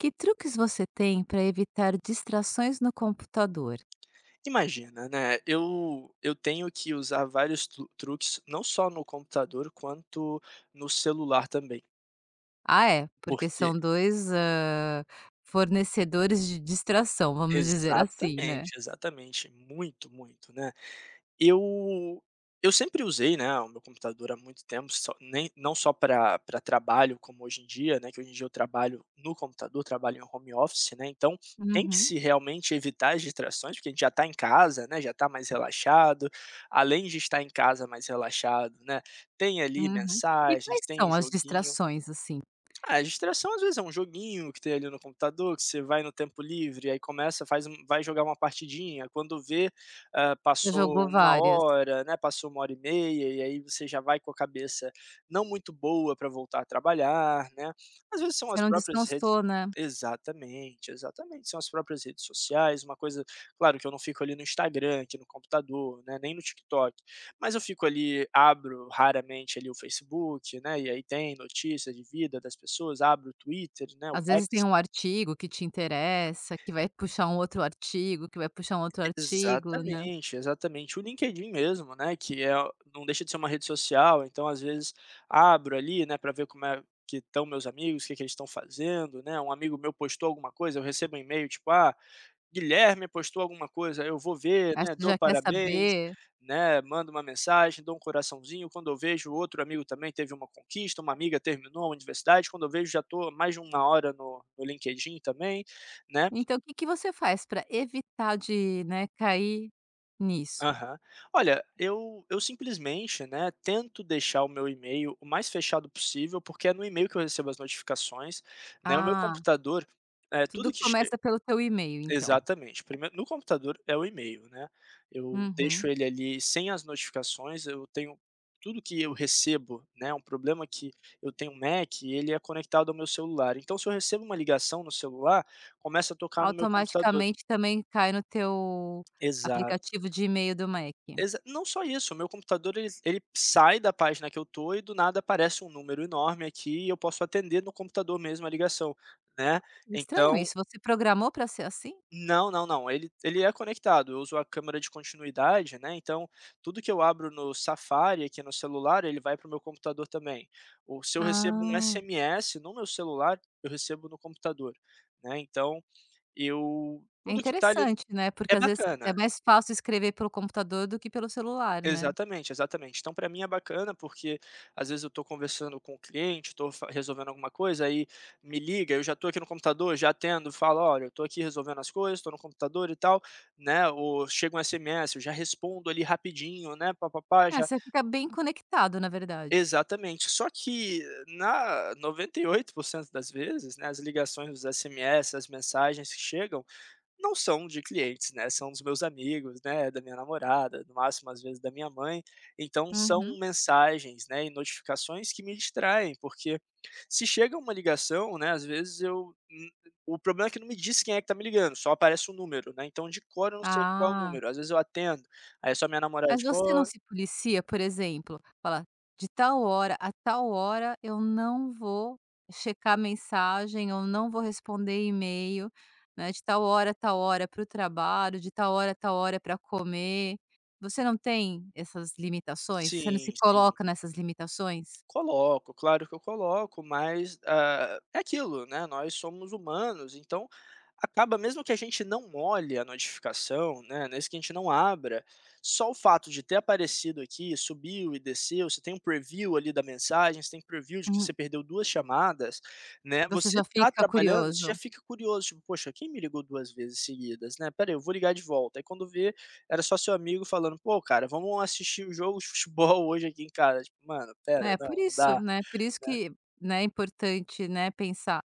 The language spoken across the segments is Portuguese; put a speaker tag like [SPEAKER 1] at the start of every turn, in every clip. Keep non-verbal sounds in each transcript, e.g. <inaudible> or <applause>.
[SPEAKER 1] Que truques você tem para evitar distrações no computador?
[SPEAKER 2] Imagina, né, eu tenho que usar vários truques, não só no computador quanto no celular também,
[SPEAKER 1] Ah, é, porque
[SPEAKER 2] porque
[SPEAKER 1] são 2 fornecedores de distração, vamos dizer assim, né.
[SPEAKER 2] exatamente, exatamente, muito, muito, né. Eu eu sempre usei, né, o meu computador há muito tempo, só nem não só para pra trabalho como hoje em dia, né, que hoje em dia eu trabalho no computador, trabalho em home office, né, então tem que
[SPEAKER 1] Uhum,
[SPEAKER 2] se realmente evitar as distrações, porque a gente já está em casa, né, já está mais relaxado, além de estar em casa mais relaxado, né, tem ali
[SPEAKER 1] uhum. E
[SPEAKER 2] mensagens,
[SPEAKER 1] quais
[SPEAKER 2] tem
[SPEAKER 1] são
[SPEAKER 2] um
[SPEAKER 1] as
[SPEAKER 2] joguinho.
[SPEAKER 1] distrações, assim?
[SPEAKER 2] Ah, a distração às vezes é um joguinho que tem ali no computador, que você vai no tempo livre, aí começa, faz um vai jogar uma partidinha, quando vê,
[SPEAKER 1] Você
[SPEAKER 2] passou
[SPEAKER 1] jogou
[SPEAKER 2] uma
[SPEAKER 1] várias.
[SPEAKER 2] hora, né, passou uma hora e meia, e aí você já vai com a cabeça não muito boa para voltar a trabalhar, né. Às vezes são
[SPEAKER 1] Você
[SPEAKER 2] as
[SPEAKER 1] não
[SPEAKER 2] próprias redes,
[SPEAKER 1] descansou, né.
[SPEAKER 2] exatamente, exatamente, são as próprias redes sociais, uma coisa, claro que eu não fico ali no Instagram, aqui no computador, né, nem no TikTok, mas eu fico ali, abro raramente ali o Facebook, né, e aí tem notícia de vida das pessoas, abro o Twitter, né, o
[SPEAKER 1] Às vezes tem
[SPEAKER 2] X,
[SPEAKER 1] um artigo que te interessa, que vai puxar um outro artigo, que vai puxar um outro artigo, né.
[SPEAKER 2] exatamente, exatamente. O LinkedIn mesmo, né, que é, não deixa de ser uma rede social, então às vezes abro ali, né, para ver como é que estão meus amigos, o que que eles estão fazendo, né, um amigo meu postou alguma coisa, eu recebo um e-mail tipo: "Ah, Guilherme postou alguma coisa, eu vou ver,
[SPEAKER 1] Aí
[SPEAKER 2] né,
[SPEAKER 1] você
[SPEAKER 2] dou
[SPEAKER 1] já quer
[SPEAKER 2] parabéns,
[SPEAKER 1] saber.
[SPEAKER 2] né, mando uma mensagem, dou um coraçãozinho, quando eu vejo outro amigo também teve uma conquista, uma amiga terminou a universidade, quando eu vejo já estou mais de 1 hora no LinkedIn também, né".
[SPEAKER 1] Então, o que que você faz para evitar de, né, cair nisso?
[SPEAKER 2] Aham. Olha, eu simplesmente, né, tento deixar o meu e-mail o mais fechado possível, porque é no e-mail que eu recebo as notificações, né, o meu
[SPEAKER 1] Ah,
[SPEAKER 2] computador, é
[SPEAKER 1] tudo
[SPEAKER 2] tudo que che.
[SPEAKER 1] começa pelo teu e-mail então.
[SPEAKER 2] Exatamente. Primeiro no computador é o e-mail, né. Eu
[SPEAKER 1] Uhum.
[SPEAKER 2] deixo ele ali sem as notificações, eu tenho tudo que eu recebo, né, um problema é que eu tenho um Mac e ele é conectado ao meu celular, então se eu recebo uma ligação no celular, começa a tocar no meu computador.
[SPEAKER 1] Automaticamente também cai no teu
[SPEAKER 2] Exato.
[SPEAKER 1] aplicativo de e-mail do Mac.
[SPEAKER 2] Exa, não só isso, o meu computador ele sai da página que eu tô e do nada aparece um número enorme aqui e eu posso atender no computador mesmo a ligação, né.
[SPEAKER 1] Estranho
[SPEAKER 2] Então,
[SPEAKER 1] isso, você programou para ser assim?
[SPEAKER 2] não, não, não, ele é conectado, eu uso a câmera de continuidade, né, então tudo que eu abro no Safari aqui no celular, ele vai para o meu computador também. Ou se eu recebo um
[SPEAKER 1] Ah,
[SPEAKER 2] SMS no meu celular, eu recebo no computador, né, então eu
[SPEAKER 1] é
[SPEAKER 2] tudo que está ali
[SPEAKER 1] interessante, né, porque
[SPEAKER 2] é
[SPEAKER 1] às vezes é
[SPEAKER 2] bacana.
[SPEAKER 1] mais fácil escrever pelo computador do que pelo celular, né.
[SPEAKER 2] Exatamente, exatamente. Então para mim é bacana, porque às vezes eu estou conversando com o cliente, estou resolvendo alguma coisa, aí me liga, eu já estou aqui no computador, já atendo, falo: "Olha, eu estou aqui resolvendo as coisas, estou no computador e tal", né, ou chega um SMS, eu já respondo ali rapidinho, né, pá
[SPEAKER 1] É,
[SPEAKER 2] já.
[SPEAKER 1] você fica bem conectado na verdade.
[SPEAKER 2] Exatamente. Só que na 98% das vezes, né, as ligações, os SMS, as mensagens que chegam, não são de clientes, né, são dos meus amigos, né, da minha namorada, no máximo, às vezes, da minha mãe. Então
[SPEAKER 1] Uhum.
[SPEAKER 2] são mensagens, né, e notificações que me distraem, porque se chega uma ligação, né, às vezes eu o problema é que não me diz quem é que tá me ligando, só aparece o número, né, então de cor eu não sei qual é o
[SPEAKER 1] Ah.
[SPEAKER 2] número, às vezes eu atendo, aí é só minha namorada,
[SPEAKER 1] Mas
[SPEAKER 2] tipo:
[SPEAKER 1] você não
[SPEAKER 2] "Ó".
[SPEAKER 1] se policia, por exemplo, fala: "De tal hora a tal hora eu não vou checar mensagem, eu não vou responder e-mail, né, de tal hora a tal hora para o trabalho, de tal hora a tal hora para comer". Você não tem essas limitações? Você não se
[SPEAKER 2] Sim, sim.
[SPEAKER 1] coloca nessas limitações?
[SPEAKER 2] Coloco, claro que eu coloco, mas, ah, é aquilo, né, nós somos humanos, então acaba mesmo que a gente não olhe a notificação, né, nesse que a gente não abra, só o fato de ter aparecido aqui, subiu e desceu, você tem um preview ali da mensagem, você tem preview de que
[SPEAKER 1] Uhum.
[SPEAKER 2] você perdeu 2 chamadas, né,
[SPEAKER 1] Você já
[SPEAKER 2] você tá
[SPEAKER 1] fica
[SPEAKER 2] trabalhando, você já
[SPEAKER 1] curioso.
[SPEAKER 2] fica curioso, tipo: "Poxa, quem me ligou 2 vezes seguidas, né, peraí, eu vou ligar de volta", aí quando vê era só seu amigo falando: "Pô, cara, vamos assistir o jogo de futebol <laughs> hoje aqui em casa", tipo, mano, pera,
[SPEAKER 1] É,
[SPEAKER 2] não,
[SPEAKER 1] por
[SPEAKER 2] não
[SPEAKER 1] isso,
[SPEAKER 2] dá,
[SPEAKER 1] né, por isso
[SPEAKER 2] né.
[SPEAKER 1] que, né, é importante, né, pensar: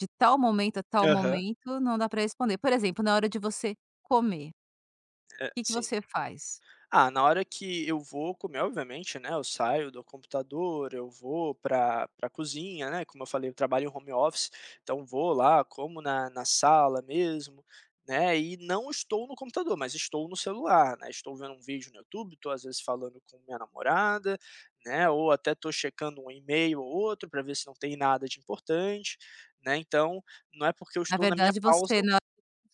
[SPEAKER 1] de tal momento a tal
[SPEAKER 2] Aham,
[SPEAKER 1] momento não dá para responder. Por exemplo, na hora de você comer.
[SPEAKER 2] é,
[SPEAKER 1] Que
[SPEAKER 2] sim.
[SPEAKER 1] você faz?
[SPEAKER 2] Ah, na hora que eu vou comer, obviamente, né, eu saio do computador, eu vou para cozinha, né, como eu falei, eu trabalho em home office, então vou lá, como na sala mesmo, né, e não estou no computador, mas estou no celular, né, estou vendo um vídeo no YouTube, estou às vezes falando com minha namorada, né, ou até estou checando um e-mail ou outro para ver se não tem nada de importante, né, então não é porque eu
[SPEAKER 1] Na
[SPEAKER 2] estou na minha
[SPEAKER 1] verdade
[SPEAKER 2] pausa,
[SPEAKER 1] você na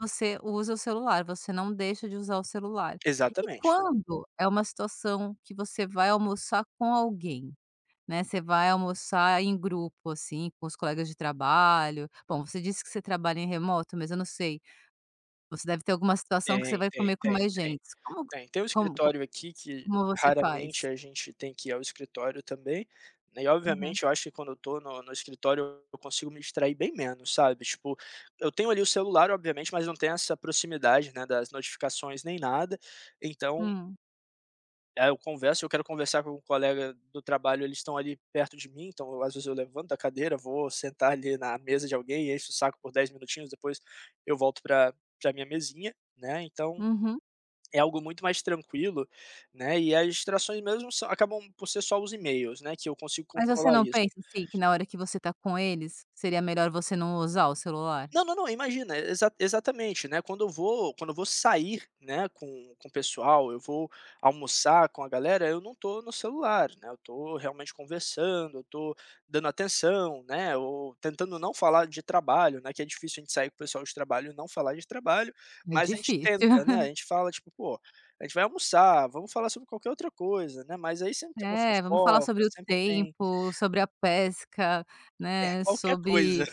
[SPEAKER 1] você usa o celular, você não deixa de usar o celular. E
[SPEAKER 2] exatamente.
[SPEAKER 1] quando é uma situação que você vai almoçar com alguém, né, você vai almoçar em grupo, assim, com os colegas de trabalho. Bom, você disse que você trabalha em remoto, mas eu não sei, você deve ter alguma situação que você
[SPEAKER 2] Tem,
[SPEAKER 1] vai
[SPEAKER 2] tem,
[SPEAKER 1] comer com
[SPEAKER 2] tem,
[SPEAKER 1] mais
[SPEAKER 2] tem.
[SPEAKER 1] gente. Como
[SPEAKER 2] Tem. Tem o
[SPEAKER 1] como co
[SPEAKER 2] escritório aqui que
[SPEAKER 1] como você
[SPEAKER 2] raramente
[SPEAKER 1] faz?
[SPEAKER 2] a gente tem que ir ao escritório também, né, e
[SPEAKER 1] Uhum.
[SPEAKER 2] obviamente eu acho que quando eu tô no escritório eu consigo me distrair bem menos, sabe, tipo, eu tenho ali o celular obviamente, mas não tem essa proximidade, né, das notificações nem nada, então,
[SPEAKER 1] Hum.
[SPEAKER 2] eu quero conversar com um colega do trabalho, eles estão ali perto de mim, então eu às vezes eu levanto da cadeira, vou sentar ali na mesa de alguém, encho o saco por 10 minutinhos, depois eu volto para minha mesinha, né, então
[SPEAKER 1] Uhum.
[SPEAKER 2] é algo muito mais tranquilo, né, e as distrações mesmo são acabam por ser só os e-mails, né, que eu consigo
[SPEAKER 1] Mas você
[SPEAKER 2] controlar
[SPEAKER 1] não
[SPEAKER 2] isso.
[SPEAKER 1] pensa, assim, que na hora que você tá com eles, seria melhor você não usar o celular?
[SPEAKER 2] Não, não, não, imagina, exatamente, né, quando eu vou sair, né, com o pessoal, eu vou almoçar com a galera, eu não tô no celular, né, eu tô realmente conversando, eu tô dando atenção, né, ou tentando não falar de trabalho, né, que é difícil a gente sair com o pessoal de trabalho e não falar de trabalho,
[SPEAKER 1] É
[SPEAKER 2] mas a gente
[SPEAKER 1] difícil.
[SPEAKER 2] tenta, né,
[SPEAKER 1] <laughs>
[SPEAKER 2] a gente fala tipo: "Pô, a gente vai almoçar, vamos falar sobre qualquer outra coisa", né, mas aí sempre tem uma
[SPEAKER 1] É, vamos falar
[SPEAKER 2] fofoca,
[SPEAKER 1] sobre o
[SPEAKER 2] sempre tem,
[SPEAKER 1] tempo, sobre a pesca,
[SPEAKER 2] é,
[SPEAKER 1] né,
[SPEAKER 2] qualquer coisa.
[SPEAKER 1] sobre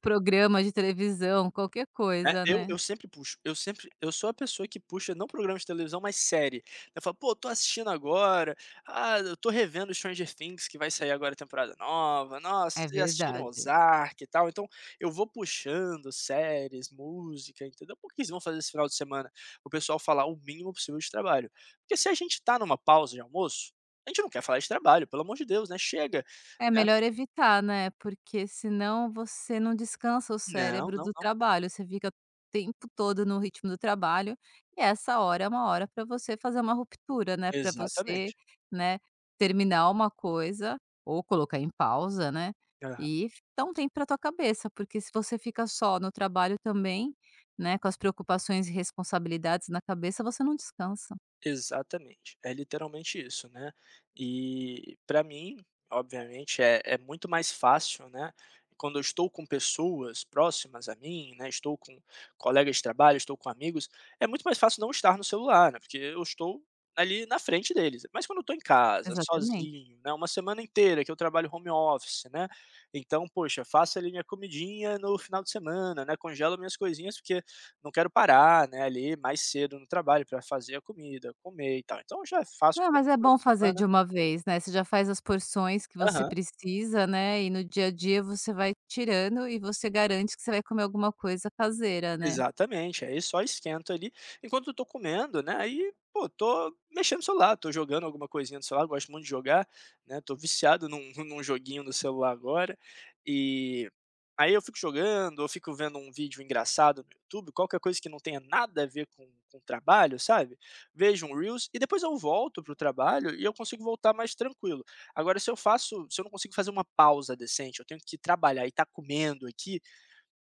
[SPEAKER 1] programa de televisão, qualquer
[SPEAKER 2] Né,
[SPEAKER 1] coisa,
[SPEAKER 2] eu
[SPEAKER 1] né.
[SPEAKER 2] eu sempre puxo, eu sou a pessoa que puxa não programa de televisão, mas série. Eu falo: "Pô, tô assistindo agora, ah, eu tô revendo Stranger Things que vai sair agora a temporada nova, nossa,
[SPEAKER 1] É
[SPEAKER 2] vocês já assistiram
[SPEAKER 1] verdade.
[SPEAKER 2] Ozark e tal", então eu vou puxando séries, música, entendeu. Porque eles vão fazer esse final de semana?", o pessoal falar o mínimo possível de trabalho. Porque se a gente tá numa pausa de almoço, a gente não quer falar de trabalho, pelo amor de Deus, né, chega,
[SPEAKER 1] É
[SPEAKER 2] né.
[SPEAKER 1] melhor evitar, né, porque senão você não descansa o
[SPEAKER 2] Não,
[SPEAKER 1] cérebro
[SPEAKER 2] não,
[SPEAKER 1] do
[SPEAKER 2] não.
[SPEAKER 1] trabalho, você fica o tempo todo no ritmo do trabalho, e essa hora é uma hora para você fazer uma ruptura, né, para você,
[SPEAKER 2] Exatamente.
[SPEAKER 1] né, terminar uma coisa ou colocar em pausa, né, e dar um tempo para tua cabeça, porque se você fica só no trabalho também, né, com as preocupações e responsabilidades na cabeça, você não descansa.
[SPEAKER 2] Exatamente, é literalmente isso, né. E para mim, obviamente, é muito mais fácil, né, quando eu estou com pessoas próximas a mim, né, estou com colegas de trabalho, estou com amigos, é muito mais fácil não estar no celular, né, porque eu estou ali na frente deles. Mas quando eu estou em casa,
[SPEAKER 1] Exatamente.
[SPEAKER 2] sozinho, né, uma semana inteira que eu trabalho home office, né, então, poxa, faço ali minha comidinha no final de semana, né, congelo minhas coisinhas, porque não quero parar, né, ali mais cedo no trabalho para fazer a comida, comer e tal. Então eu já faço
[SPEAKER 1] Ah,
[SPEAKER 2] no
[SPEAKER 1] mas é
[SPEAKER 2] final
[SPEAKER 1] bom
[SPEAKER 2] de
[SPEAKER 1] fazer
[SPEAKER 2] semana.
[SPEAKER 1] de uma vez, né, você já faz as porções que você
[SPEAKER 2] Aham.
[SPEAKER 1] precisa, né, e no dia a dia você vai tirando e você garante que você vai comer alguma coisa caseira, né.
[SPEAKER 2] Exatamente, aí só esquento ali, enquanto eu tô comendo, né, aí, pô, tô mexendo no celular, tô jogando alguma coisinha no celular, gosto muito de jogar, né, tô viciado num <laughs> num joguinho no celular agora, e aí eu fico jogando, eu fico vendo um vídeo engraçado no YouTube, qualquer coisa que não tenha nada a ver com o trabalho, sabe, vejo um reels e depois eu volto pro trabalho e eu consigo voltar mais tranquilo. Agora se eu não consigo fazer uma pausa decente, eu tenho que trabalhar e tá comendo aqui,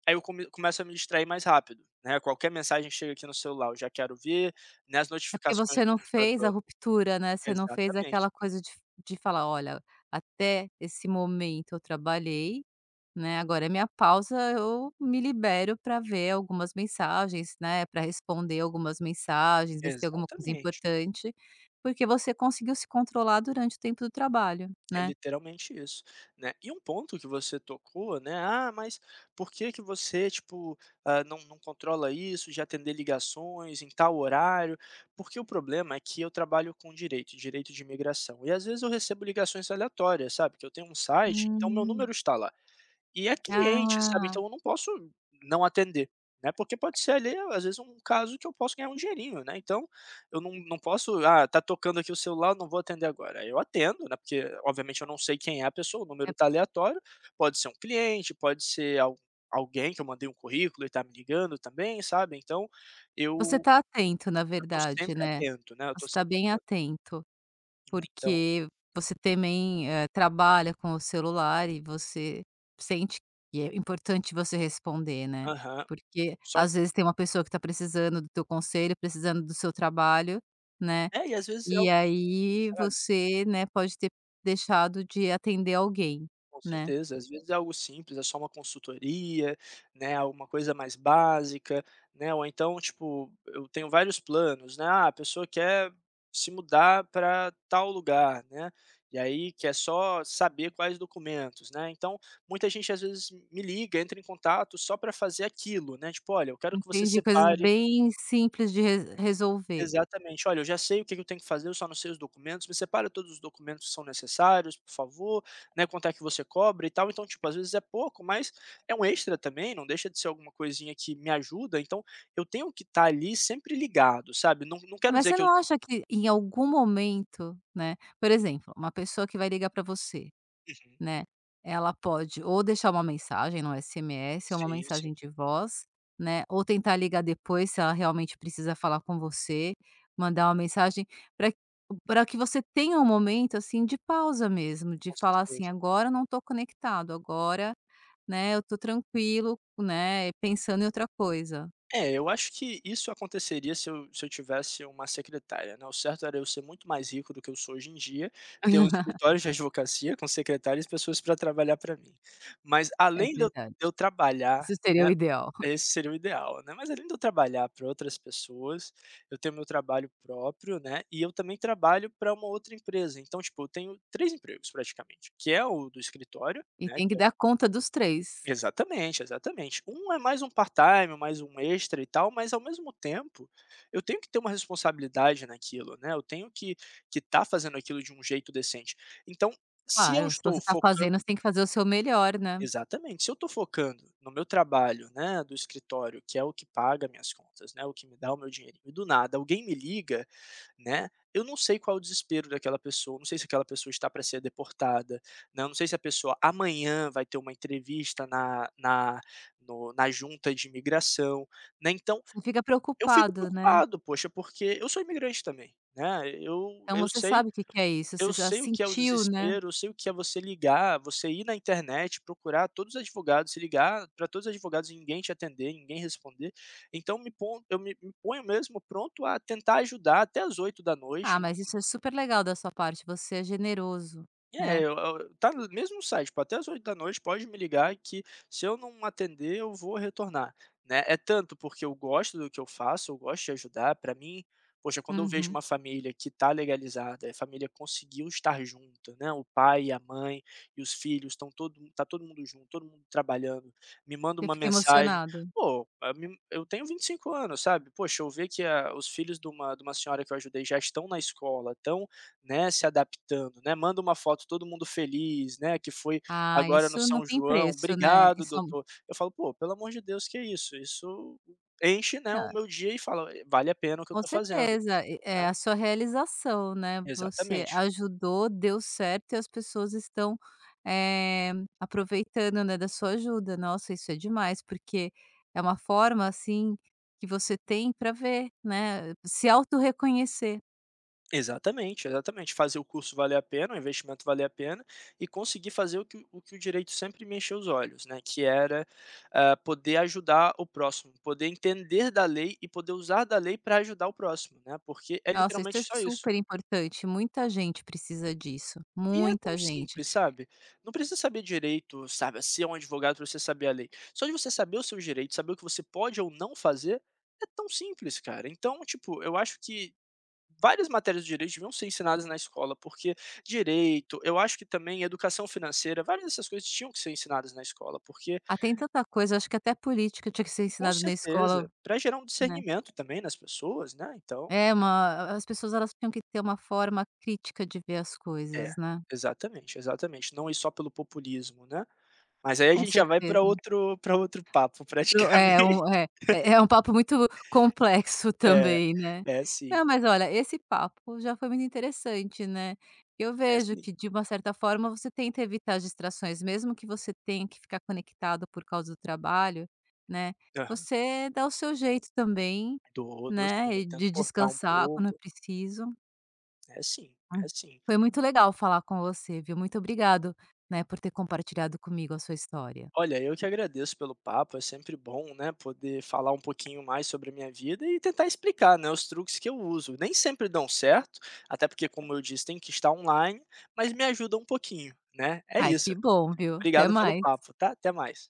[SPEAKER 2] aí eu começo a me distrair mais rápido, né, qualquer mensagem que chega aqui no celular eu já quero ver, né, as
[SPEAKER 1] É porque
[SPEAKER 2] notificações
[SPEAKER 1] você
[SPEAKER 2] do
[SPEAKER 1] não fez a
[SPEAKER 2] computador.
[SPEAKER 1] ruptura, né, você não fez
[SPEAKER 2] Exatamente,
[SPEAKER 1] aquela coisa de falar: "Olha, até esse momento eu trabalhei, né, agora é minha pausa, eu me libero para ver algumas mensagens, né, para responder algumas mensagens, ver se tem alguma coisa
[SPEAKER 2] exatamente,
[SPEAKER 1] importante", porque você conseguiu se controlar durante o tempo do trabalho,
[SPEAKER 2] é
[SPEAKER 1] né.
[SPEAKER 2] literalmente isso, né. E um ponto que você tocou, né, "Ah, mas por que que você, tipo, ah, não controla isso de atender ligações em tal horário?" Porque o problema é que eu trabalho com direito, direito de imigração, e às vezes eu recebo ligações aleatórias, sabe, que eu tenho um site, então meu
[SPEAKER 1] Hum.
[SPEAKER 2] número está lá. E é cliente, sabe,
[SPEAKER 1] Ah,
[SPEAKER 2] então eu não posso não atender, né, porque pode ser ali, às vezes, um caso que eu posso ganhar um dinheirinho, né, então eu não posso: "Ah, tá tocando aqui o celular, não vou atender agora". Eu atendo, né, porque obviamente eu não sei quem é a pessoa, o
[SPEAKER 1] é,
[SPEAKER 2] número tá aleatório, pode ser um cliente, pode ser al alguém que eu mandei um currículo e tá me ligando também, sabe, então
[SPEAKER 1] você
[SPEAKER 2] eu
[SPEAKER 1] tá atento, na
[SPEAKER 2] eu tô
[SPEAKER 1] verdade,
[SPEAKER 2] sempre
[SPEAKER 1] né.
[SPEAKER 2] atento, né, eu tô
[SPEAKER 1] Você tá
[SPEAKER 2] sempre
[SPEAKER 1] bem
[SPEAKER 2] atento,
[SPEAKER 1] atento,
[SPEAKER 2] então
[SPEAKER 1] porque você também, trabalha com o celular e você sente que é importante você responder, né.
[SPEAKER 2] aham.
[SPEAKER 1] Porque,
[SPEAKER 2] Só
[SPEAKER 1] às
[SPEAKER 2] que
[SPEAKER 1] vezes, tem uma pessoa que tá precisando do teu conselho, precisando do seu trabalho, né,
[SPEAKER 2] é, e às vezes é
[SPEAKER 1] e
[SPEAKER 2] algo simples,
[SPEAKER 1] aí
[SPEAKER 2] sabe.
[SPEAKER 1] você, né, pode ter deixado de atender alguém,
[SPEAKER 2] Com
[SPEAKER 1] né.
[SPEAKER 2] certeza, às vezes é algo simples, é só uma consultoria, né, alguma coisa mais básica, né, ou então, tipo, eu tenho vários planos, né, ah, a pessoa quer se mudar para tal lugar, né, e aí quer só saber quais documentos, né, então muita gente às vezes me liga, entra em contato só para fazer aquilo, né, tipo, olha, eu quero que você
[SPEAKER 1] Entendi, coisas
[SPEAKER 2] separe.
[SPEAKER 1] bem simples de re resolver.
[SPEAKER 2] Exatamente. "Olha, eu já sei o que que eu tenho que fazer, eu só não sei os documentos, me separa todos os documentos que são necessários, por favor, né, quanto é que você cobra e tal". Então, tipo, às vezes é pouco, mas é um extra também, não deixa de ser alguma coisinha que me ajuda, então eu tenho que estar ali sempre ligado, sabe. Não quero
[SPEAKER 1] Mas
[SPEAKER 2] dizer
[SPEAKER 1] você
[SPEAKER 2] que eu
[SPEAKER 1] não acha que em algum momento, né, por exemplo, uma pessoa que vai ligar para você,
[SPEAKER 2] uhum.
[SPEAKER 1] né, ela pode ou deixar uma mensagem no SMS ou uma
[SPEAKER 2] Sim, sim,
[SPEAKER 1] mensagem de voz, né, ou tentar ligar depois se ela realmente precisa falar com você, mandar uma mensagem para para que você tenha um momento, assim, de pausa mesmo, de
[SPEAKER 2] com
[SPEAKER 1] falar assim:
[SPEAKER 2] certeza.
[SPEAKER 1] "Agora eu não tô conectado, agora, né, eu tô tranquilo, né, pensando em outra coisa".
[SPEAKER 2] É, eu acho que isso aconteceria se eu tivesse uma secretária, né, o certo era eu ser muito mais rico do que eu sou hoje em dia, ter um
[SPEAKER 1] <laughs>
[SPEAKER 2] escritório de advocacia com secretárias e pessoas para trabalhar para mim. Mas
[SPEAKER 1] É
[SPEAKER 2] além de eu
[SPEAKER 1] verdade.
[SPEAKER 2] de eu trabalhar,
[SPEAKER 1] Isso seria
[SPEAKER 2] né,
[SPEAKER 1] o ideal.
[SPEAKER 2] esse seria o ideal, né, mas além de eu trabalhar para outras pessoas, eu tenho meu trabalho próprio, né, e eu também trabalho para uma outra empresa, então, tipo, eu tenho 3 empregos praticamente, que é o do escritório,
[SPEAKER 1] E
[SPEAKER 2] né,
[SPEAKER 1] tem que
[SPEAKER 2] é.
[SPEAKER 1] dar conta dos 3.
[SPEAKER 2] Exatamente, exatamente. Um é mais um part-time, mais um extra e tal, mas ao mesmo tempo, eu tenho que ter uma responsabilidade naquilo, né, eu tenho que tá fazendo aquilo de um jeito decente. Então, se eu
[SPEAKER 1] Claro, se você
[SPEAKER 2] estou
[SPEAKER 1] tá fazendo,
[SPEAKER 2] focando
[SPEAKER 1] você tem que fazer o seu melhor, né.
[SPEAKER 2] exatamente, se eu estou focando no meu trabalho, né, do escritório, que é o que paga minhas contas, né, o que me dá o meu dinheirinho, e do nada alguém me liga, né, eu não sei qual é o desespero daquela pessoa, não sei se aquela pessoa está para ser deportada, né, eu não sei se a pessoa amanhã vai ter uma entrevista na no na junta de imigração, né, então
[SPEAKER 1] Você fica
[SPEAKER 2] eu fico
[SPEAKER 1] preocupado, né.
[SPEAKER 2] preocupado, poxa, porque eu sou imigrante também, né, eu
[SPEAKER 1] Então
[SPEAKER 2] eu
[SPEAKER 1] você
[SPEAKER 2] sei
[SPEAKER 1] sabe o que que é isso, você
[SPEAKER 2] eu
[SPEAKER 1] já
[SPEAKER 2] sei o que é o
[SPEAKER 1] sentiu, né.
[SPEAKER 2] desespero, eu sei o que é você ligar, você ir na internet, procurar todos os advogados, se ligar para todos os advogados e ninguém te atender, ninguém responder, então me pon eu me me ponho mesmo pronto a tentar ajudar até às da
[SPEAKER 1] Ah,
[SPEAKER 2] noite.
[SPEAKER 1] mas isso é super legal da sua parte, você é generoso,
[SPEAKER 2] É,
[SPEAKER 1] né.
[SPEAKER 2] eu tá no mesmo site, tipo, até às da noite pode me ligar que se eu não atender eu vou retornar, né. É tanto porque eu gosto do que eu faço, eu gosto de ajudar, para mim, poxa, quando eu vejo
[SPEAKER 1] Uhum.
[SPEAKER 2] uma família que tá legalizada, a família conseguiu estar junta, né, o pai, a mãe e os filhos estão todo mu tá todo mundo junto, todo mundo trabalhando, me manda
[SPEAKER 1] Você
[SPEAKER 2] uma
[SPEAKER 1] fica
[SPEAKER 2] mensagem,
[SPEAKER 1] emocionado.
[SPEAKER 2] pô, a mim eu tenho 25 anos, sabe. Poxa, eu ver que a os filhos de uma senhora que eu ajudei já estão na escola, estão, né, se adaptando, né, manda uma foto todo mundo feliz, né, que foi
[SPEAKER 1] Ah,
[SPEAKER 2] agora no
[SPEAKER 1] isso não
[SPEAKER 2] São
[SPEAKER 1] tem
[SPEAKER 2] João,
[SPEAKER 1] preço, né.
[SPEAKER 2] "Obrigado
[SPEAKER 1] Isso é um
[SPEAKER 2] doutor". Eu falo: "Pô, pelo amor de Deus, que é isso? Isso enche, né, o meu dia e fala: "Vale a pena o que eu
[SPEAKER 1] com
[SPEAKER 2] tô fazendo",
[SPEAKER 1] certeza, e é
[SPEAKER 2] né.
[SPEAKER 1] a sua realização, né, você
[SPEAKER 2] Exatamente.
[SPEAKER 1] ajudou, deu certo e as pessoas estão, eh, aproveitando, né, da sua ajuda. Nossa, isso é demais, porque é uma forma, assim, que você tem para ver, né, se auto reconhecer.
[SPEAKER 2] Exatamente, exatamente. Fazer o curso valer a pena, o investimento valer a pena e conseguir fazer o que o direito sempre me encheu os olhos, né, que era, ah, poder ajudar o próximo, poder entender da lei e poder usar da lei pra ajudar o próximo, né, porque é
[SPEAKER 1] Nossa, isso é
[SPEAKER 2] literalmente só isso.
[SPEAKER 1] super importante, muita gente precisa disso,
[SPEAKER 2] E é tão
[SPEAKER 1] muita gente.
[SPEAKER 2] simples, sabe. Não precisa saber direito, sabe, ser um advogado para você saber a lei. Só de você saber os seus direitos, saber o que você pode ou não fazer, é tão simples, cara. Então, tipo, eu acho que várias matérias de direito deviam ser ensinadas na escola, porque direito, eu acho que também educação financeira, várias dessas coisas tinham que ser ensinadas na escola, porque
[SPEAKER 1] Ah, tem tanta coisa, acho que até política tinha que ser
[SPEAKER 2] com
[SPEAKER 1] ensinado na escola,
[SPEAKER 2] certeza, pra gerar um
[SPEAKER 1] né.
[SPEAKER 2] discernimento também nas pessoas, né, então
[SPEAKER 1] É uma as pessoas elas tinham que ter uma forma crítica de ver as
[SPEAKER 2] é,
[SPEAKER 1] coisas, né,
[SPEAKER 2] exatamente, exatamente. Não ir só pelo populismo, né. Mas aí a
[SPEAKER 1] com
[SPEAKER 2] gente já vai para
[SPEAKER 1] certeza.
[SPEAKER 2] outro papo praticamente.
[SPEAKER 1] Pro é um
[SPEAKER 2] <laughs>
[SPEAKER 1] é é é um papo muito complexo
[SPEAKER 2] É,
[SPEAKER 1] também, né.
[SPEAKER 2] é
[SPEAKER 1] Não,
[SPEAKER 2] sim,
[SPEAKER 1] mas olha, esse papo já foi muito interessante, né. Eu
[SPEAKER 2] é
[SPEAKER 1] vejo
[SPEAKER 2] sim.
[SPEAKER 1] que de uma certa forma você tenta evitar as distrações, mesmo que você tenha que ficar conectado por causa do trabalho, né,
[SPEAKER 2] Aham.
[SPEAKER 1] você dá o seu jeito também,
[SPEAKER 2] Dou, dou
[SPEAKER 1] né,
[SPEAKER 2] sim,
[SPEAKER 1] e
[SPEAKER 2] eu
[SPEAKER 1] de
[SPEAKER 2] tento cortar um
[SPEAKER 1] descansar quando é
[SPEAKER 2] pouco.
[SPEAKER 1] preciso.
[SPEAKER 2] É sim,
[SPEAKER 1] Hum.
[SPEAKER 2] é sim.
[SPEAKER 1] Foi muito legal falar com você, viu. Muito obrigado, né, por ter compartilhado comigo a sua história.
[SPEAKER 2] Olha, eu que agradeço pelo papo, é sempre bom, né, poder falar um pouquinho mais sobre a minha vida e tentar explicar, né, os truques que eu uso. Nem sempre dão certo, até porque como eu disse, tem que estar online, mas me ajuda um pouquinho, né. É
[SPEAKER 1] Ai, que
[SPEAKER 2] isso.
[SPEAKER 1] bom, viu. Até
[SPEAKER 2] Obrigado pelo
[SPEAKER 1] mais.
[SPEAKER 2] papo, tá. Até mais.